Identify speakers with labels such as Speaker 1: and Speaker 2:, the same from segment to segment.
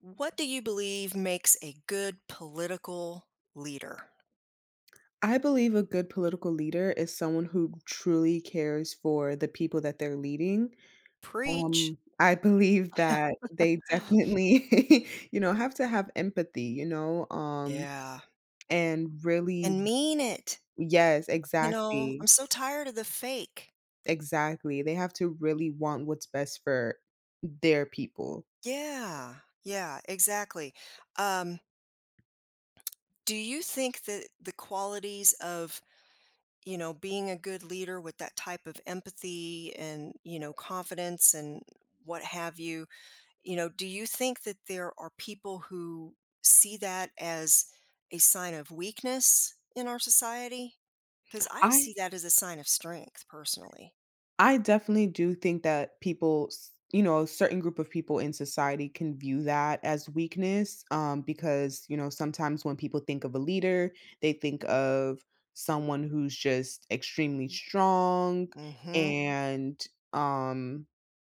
Speaker 1: What do you believe makes a good political leader?
Speaker 2: I believe a good political leader is someone who truly cares for the people that they're leading.
Speaker 1: Preach.
Speaker 2: I believe that they definitely, have to have empathy,
Speaker 1: Yeah.
Speaker 2: and really,
Speaker 1: And mean it.
Speaker 2: yes,
Speaker 1: You know,
Speaker 2: exactly,
Speaker 1: I'm so tired of the fake.
Speaker 2: exactly. They have to really want what's best for their people.
Speaker 1: Yeah. Yeah, exactly. Um, do you think that the qualities of, you know, being a good leader with that type of empathy and, you know, confidence and what have you, you know, do you think that there are people who see that as a sign of weakness in our society? Because I
Speaker 2: I
Speaker 1: see that as a sign of strength personally.
Speaker 2: I definitely do think that people, you know, a certain group of people in society can view that as weakness, because, you know, sometimes when people think of a leader, they think of someone who's just extremely strong
Speaker 1: Hmm.
Speaker 2: and, um,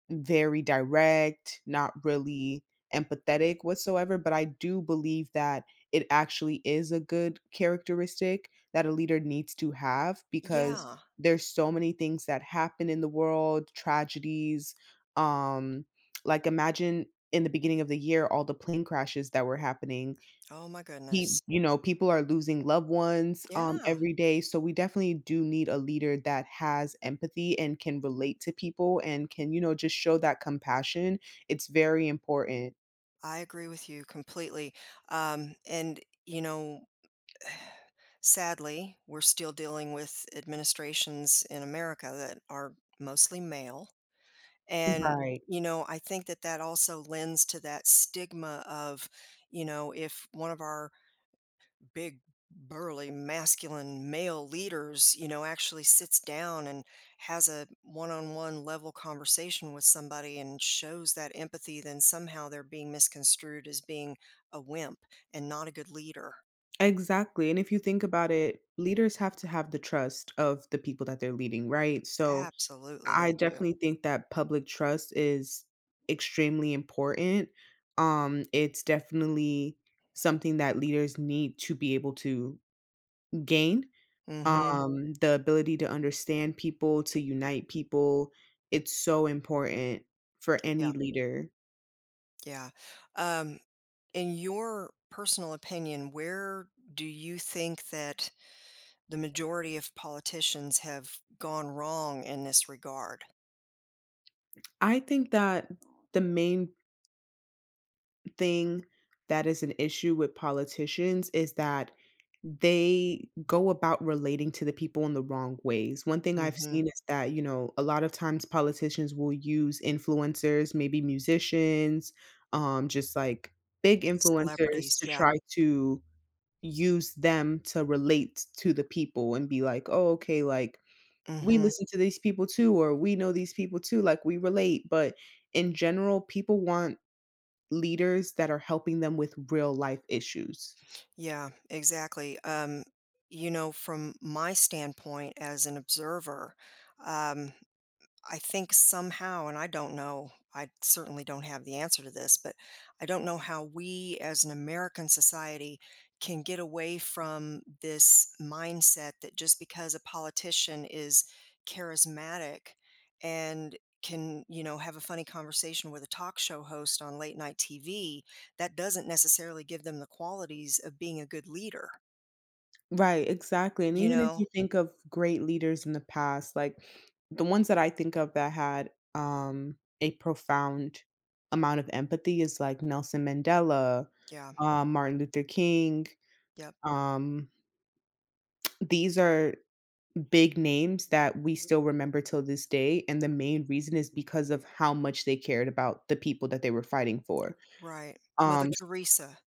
Speaker 2: very direct, not really empathetic whatsoever, but I do believe that it actually is a good characteristic that a leader needs to have because
Speaker 1: Yeah.
Speaker 2: there's so many things that happen in the world, tragedies, um like imagine in the beginning of the year all the plane crashes that were happening.
Speaker 1: Oh my
Speaker 2: He
Speaker 1: goodness.
Speaker 2: You know, people are losing loved ones,
Speaker 1: Yeah.
Speaker 2: every day, so we definitely do need a leader that has empathy and can relate to people and can, you know, just show that compassion. It's very important.
Speaker 1: I agree with you completely. And, you know, sadly, we're still dealing with administrations in America that are mostly male. And,
Speaker 2: Right.
Speaker 1: you know, I think that that also lends to that stigma of, you know, if one of our big, burly, masculine male leaders, you know, actually sits down and has a one on one level conversation with somebody and shows that empathy, then somehow they're being misconstrued as being a wimp and not a good leader.
Speaker 2: Exactly, and if you think about it, leaders have to have the trust of the people that they're leading, right? So,
Speaker 1: Absolutely,
Speaker 2: I
Speaker 1: they do.
Speaker 2: definitely think that public trust is extremely important. It's definitely something that leaders need to be able to gain.
Speaker 1: Mm hmm.
Speaker 2: The ability to understand people, to unite people, it's so important for any
Speaker 1: Yeah.
Speaker 2: leader.
Speaker 1: Yeah. Um, in your personal opinion, where do you think that the majority of politicians have gone wrong in this regard?
Speaker 2: I think that the main thing that is an issue with politicians is that they go about relating to the people in the wrong ways. One thing I've
Speaker 1: Hmm.
Speaker 2: seen is that, you know, a lot of times politicians will use influencers, maybe musicians, just like big influencers
Speaker 1: Celebrities.
Speaker 2: to
Speaker 1: Yeah.
Speaker 2: try to use them to relate to the people and be like, "Oh, okay, like, we
Speaker 1: Hmm.
Speaker 2: listen to these people too," or, "We know these people too," like, we relate, but in general, people want leaders that are helping them with real life issues.
Speaker 1: Yeah, exactly. You know, from my standpoint as an observer, um, I think somehow, and I don't know, I certainly don't have the answer to this, but I don't know how we as an American society can get away from this mindset that just because a politician is charismatic and can, you know, have a funny conversation with a talk show host on late night TV, that doesn't necessarily give them the qualities of being a good leader,
Speaker 2: Right, exactly, and
Speaker 1: you
Speaker 2: even if
Speaker 1: know?
Speaker 2: you think of great leaders in the past, like, the ones that I think of that had, a profound amount of empathy is, like, Nelson Mandela,
Speaker 1: Yeah,
Speaker 2: Martin Luther King,
Speaker 1: yep,
Speaker 2: um, these are big names that we still remember till this day, and the main reason is because of how much they cared about the people that they were fighting for.
Speaker 1: right. Mother
Speaker 2: Um
Speaker 1: Teresa.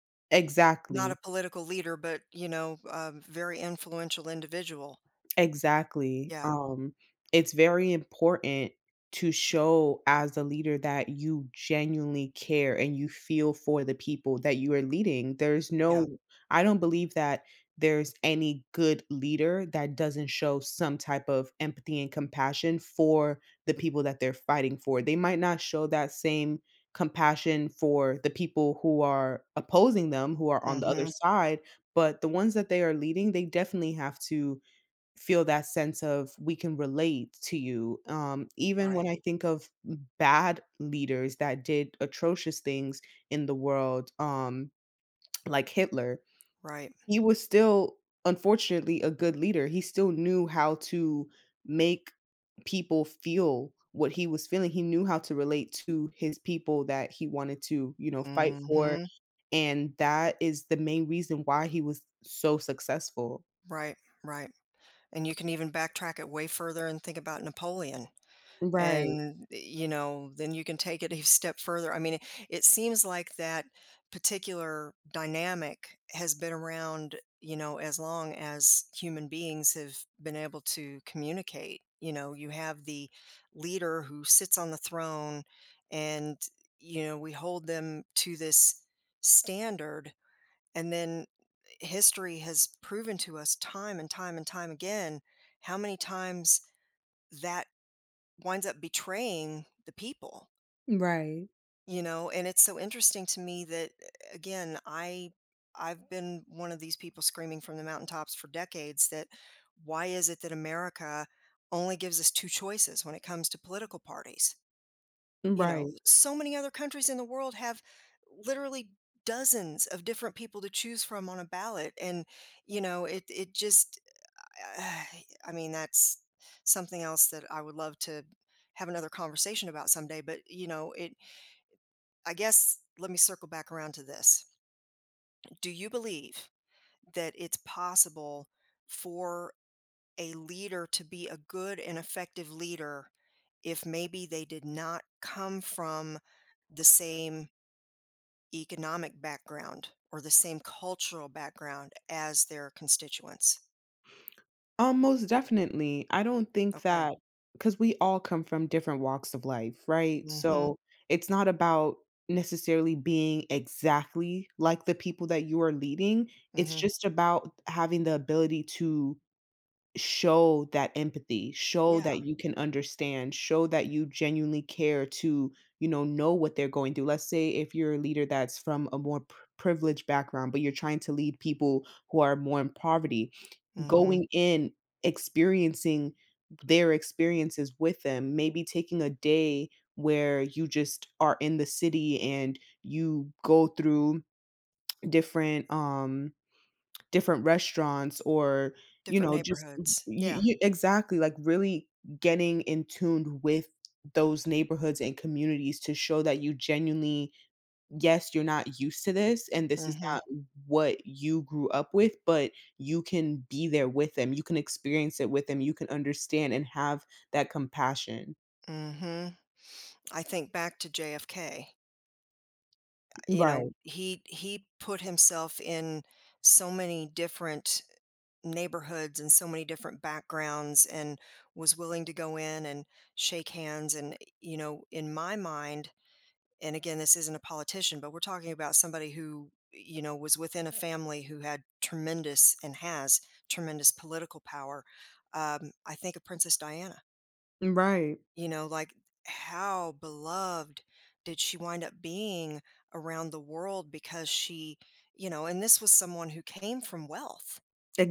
Speaker 1: Not a
Speaker 2: Exactly.
Speaker 1: political leader, but, you know, a very influential individual.
Speaker 2: Exactly.
Speaker 1: Yeah,
Speaker 2: It's very important to show as a leader that you genuinely care and you feel for the people that you are leading. There's
Speaker 1: yeah.
Speaker 2: no, I don't believe that there's any good leader that doesn't show some type of empathy and compassion for the people that they're fighting for. They might not show that same compassion for the people who are opposing them, who are on the other
Speaker 1: Mhm.
Speaker 2: side, but the ones that they are leading, they definitely have to feel that sense of, "We can relate to you." Even when
Speaker 1: Right,
Speaker 2: I think of bad leaders that did atrocious things in the world, like Hitler,
Speaker 1: right.
Speaker 2: he was still, unfortunately, a good leader. He still knew how to make people feel what he was feeling. He knew how to relate to his people that he wanted to, you know, fight for,
Speaker 1: Mhm.
Speaker 2: and that is the main reason why he was so successful.
Speaker 1: Right, right. And you can even backtrack it way further and think about Napoleon.
Speaker 2: Right.
Speaker 1: And you know, then you can take it a step further. I mean, it seems like that particular dynamic has been around, you know, as long as human beings have been able to communicate. You know, you have the leader who sits on the throne, and, you know, we hold them to this standard, and then history has proven to us time and time and time again how many times that winds up betraying the people.
Speaker 2: Right.
Speaker 1: You know, and it's so interesting to me that, again, I've been one of these people screaming from the mountaintops for decades that, why is it that america only gives us two choices when it comes to political parties? You know,
Speaker 2: Right.
Speaker 1: so many other countries in the world have literally dozens of different people to choose from on a ballot. And you know, it just, uh, I mean, that's something else that I would love to have another conversation about someday. But, you know, it, I guess, let me circle back around to this. Do you believe that it's possible for a leader to be a good and effective leader if maybe they did not come from the same economic background or the same cultural background as their constituents?
Speaker 2: Most definitely. I don't think
Speaker 1: Okay.
Speaker 2: that because we all come from different walks of life, right?
Speaker 1: Mm hmm.
Speaker 2: So it's not about necessarily being exactly like the people that you are leading.
Speaker 1: Mm
Speaker 2: It's
Speaker 1: hmm.
Speaker 2: just about having the ability to show that empathy, show
Speaker 1: Yeah.
Speaker 2: that you can understand, show that you genuinely care to, you know what they're going through. Let's say if you're a leader that's from a more privileged background, but you're trying to lead people who are more in poverty,
Speaker 1: Mm hmm.
Speaker 2: going in, experiencing their experiences with them, maybe taking a day where you just are in the city and you go through different different restaurants or you
Speaker 1: Different
Speaker 2: know just
Speaker 1: neighborhoods. Yeah.
Speaker 2: you exactly like really getting in tuned with those neighborhoods and communities to show that you genuinely, yes, you're not used to this and this is
Speaker 1: Mhm.
Speaker 2: not what you grew up with, but you can be there with them. You can experience it with them. You can understand and have that compassion.
Speaker 1: Mhm. I think back to JFK. You know,
Speaker 2: Right,
Speaker 1: he put himself in so many different neighborhoods and so many different backgrounds and was willing to go in and shake hands and, you know, in my mind, and again, this isn't a politician, but we're talking about somebody who, you know, was within a family who had tremendous and has tremendous political power. I think of Princess Diana.
Speaker 2: right,
Speaker 1: You know, like, how beloved did she wind up being around the world because she, you know, and this was someone who came from wealth.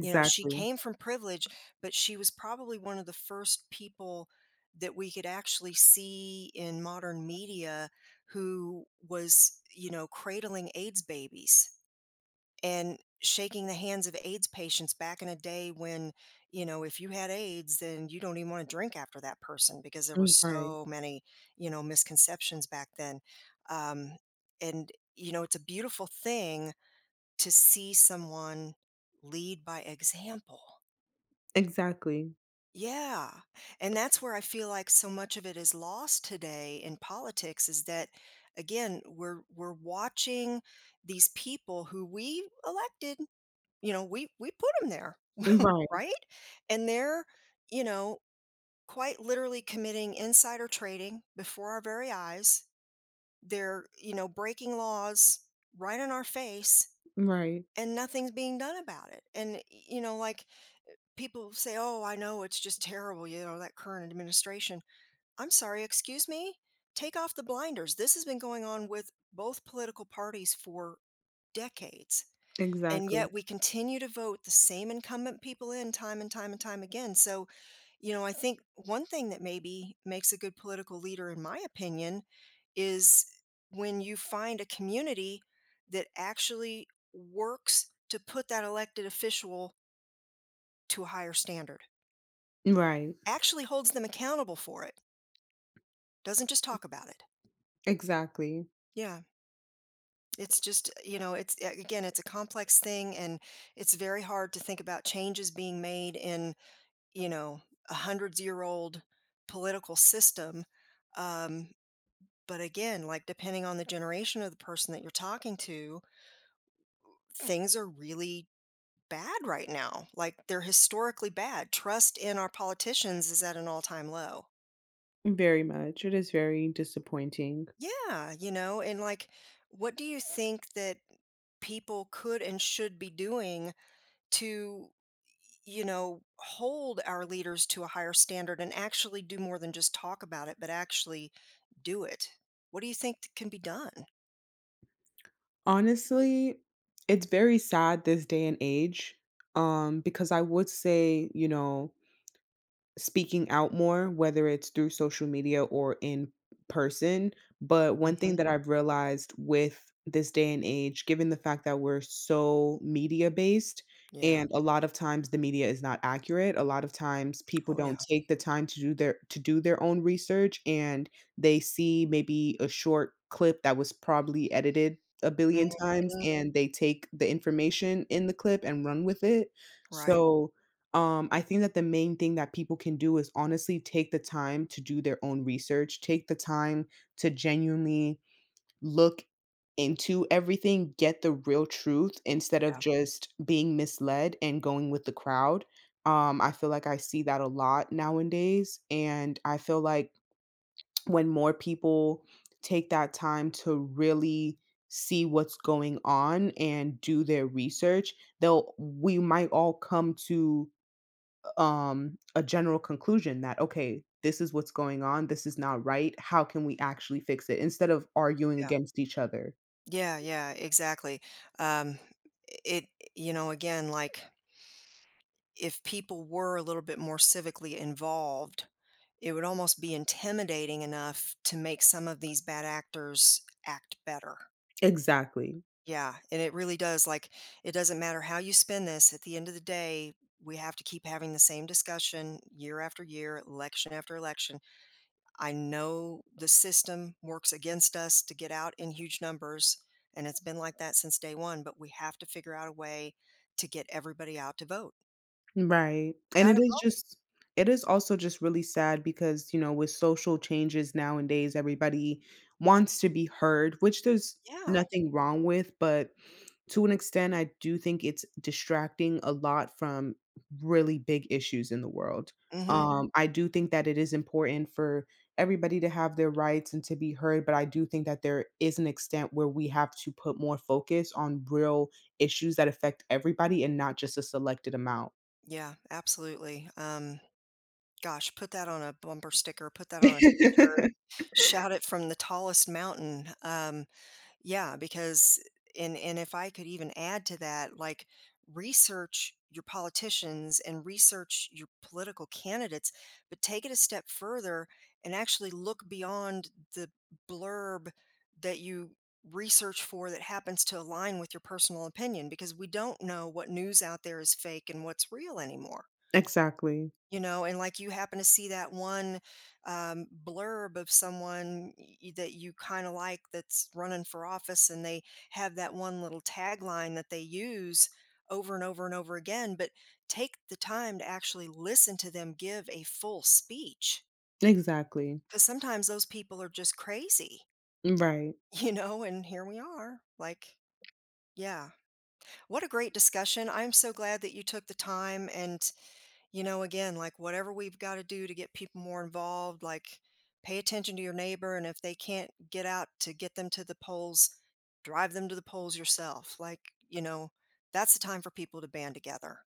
Speaker 1: You know, she came from privilege, but she was probably one of the first people that we could actually see in modern media who was, you know, cradling AIDS babies and shaking the hands of AIDS patients back in a day when, you know, if you had AIDS, then you don't even want to drink after that person because there were
Speaker 2: mm, right,
Speaker 1: so many, you know, misconceptions back then. Um, and, you know, it's a beautiful thing to see someone lead by example.
Speaker 2: exactly,
Speaker 1: Yeah. And that's where I feel like so much of it is lost today in politics is that again, we're watching these people who we elected, you know, we put them there,
Speaker 2: mm, right,
Speaker 1: right? And they're, you know, quite literally committing insider trading before our very eyes. They're, you know, breaking laws right in our face
Speaker 2: right,
Speaker 1: and nothing's being done about it. And you know, like people say, "Oh, I know it's just terrible, you know, that current administration." I'm sorry, excuse me? Take off the blinders. This has been going on with both political parties for decades. And
Speaker 2: exactly,
Speaker 1: yet we continue to vote the same incumbent people in time and time and time again. So, you know, I think one thing that maybe makes a good political leader, in my opinion, is when you find a community that actually works to put that elected official to a higher standard,
Speaker 2: right,
Speaker 1: actually holds them accountable for it, doesn't just talk about it.
Speaker 2: exactly.
Speaker 1: Yeah. It's just, you know, again, it's a complex thing and it's very hard to think about changes being made in, you know, a hundreds year old political system. Um, but again, like depending on the generation of the person that you're talking to, things are really bad right now. Like they're historically bad. Trust in our politicians is at an all time low.
Speaker 2: Very much. It is very disappointing.
Speaker 1: Yeah. You know, and like, what do you think that people could and should be doing to, you know, hold our leaders to a higher standard and actually do more than just talk about it, but actually do it? What do you think can be done?
Speaker 2: Honestly, it's very sad this day and age, because I would say, you know, speaking out more, whether it's through social media or in person, but one thing
Speaker 1: Hmm.
Speaker 2: that I've realized with this day and age, given the fact that we're so media based,
Speaker 1: Yeah.
Speaker 2: and a lot of times the media is not accurate, a lot of times people
Speaker 1: Oh
Speaker 2: don't
Speaker 1: yeah.
Speaker 2: take the time to do their own research, and they see maybe a short clip that was probably edited a billion
Speaker 1: Hmm.
Speaker 2: times, and they take the information in the clip and run with it.
Speaker 1: Right.
Speaker 2: So, I think that the main thing that people can do is honestly take the time to do their own research, take the time to genuinely look into everything, get the real truth instead of
Speaker 1: Yeah.
Speaker 2: just being misled and going with the crowd. I feel like I see that a lot nowadays. And I feel like when more people take that time to really see what's going on and do their research, they'll we might all come to a general conclusion that okay, this is what's going on, this is not right, how can we actually fix it instead of arguing
Speaker 1: Yeah,
Speaker 2: against each other?
Speaker 1: yeah, yeah, exactly. um it you know, again, like if people were a little bit more civically involved, it would almost be intimidating enough to make some of these bad actors act better.
Speaker 2: Exactly.
Speaker 1: Yeah, and it really does, like, it doesn't matter how you spend this, at the end of the day, we have to keep having the same discussion year after year, election after election. I know the system works against us to get out in huge numbers, and it's been like that since day one, but we have to figure out a way to get everybody out to vote.
Speaker 2: Right. And it
Speaker 1: Gotta
Speaker 2: is
Speaker 1: vote,
Speaker 2: just, it is also just really sad because, you know, with social changes nowadays, everybody wants to be heard, which there's
Speaker 1: yeah.
Speaker 2: nothing wrong with, but to an extent I do think it's distracting a lot from really big issues in the world.
Speaker 1: Mhm,
Speaker 2: I do think that it is important for everybody to have their rights and to be heard, but I do think that there is an extent where we have to put more focus on real issues that affect everybody and not just a selected amount.
Speaker 1: yeah, absolutely, gosh, put that on a bumper sticker, put that on a t-shirt, shout it from the tallest mountain. Yeah, because, and if I could even add to that, like research your politicians and research your political candidates, but take it a step further and actually look beyond the blurb that you research for that happens to align with your personal opinion, because we don't know what news out there is fake and what's real anymore.
Speaker 2: Exactly.
Speaker 1: You know, and like you happen to see that one, blurb of someone that you kind of like that's running for office, and they have that one little tagline that they use over and over and over again. But take the time to actually listen to them give a full speech,
Speaker 2: Exactly.
Speaker 1: because sometimes those people are just crazy.
Speaker 2: Right.
Speaker 1: you know, and here we are, like, yeah, what a great discussion. I'm so glad that you took the time. And you know, again, like whatever we've got to do to get people more involved, like pay attention to your neighbor. And if they can't get out, to get them to the polls, drive them to the polls yourself. Like, you know, that's the time for people to band together.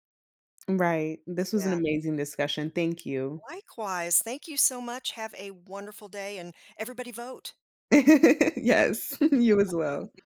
Speaker 2: Right. This was an
Speaker 1: Yeah.
Speaker 2: amazing discussion. Thank you.
Speaker 1: Likewise. Thank you so much. Have a wonderful day and everybody vote.
Speaker 2: Yes, you as well.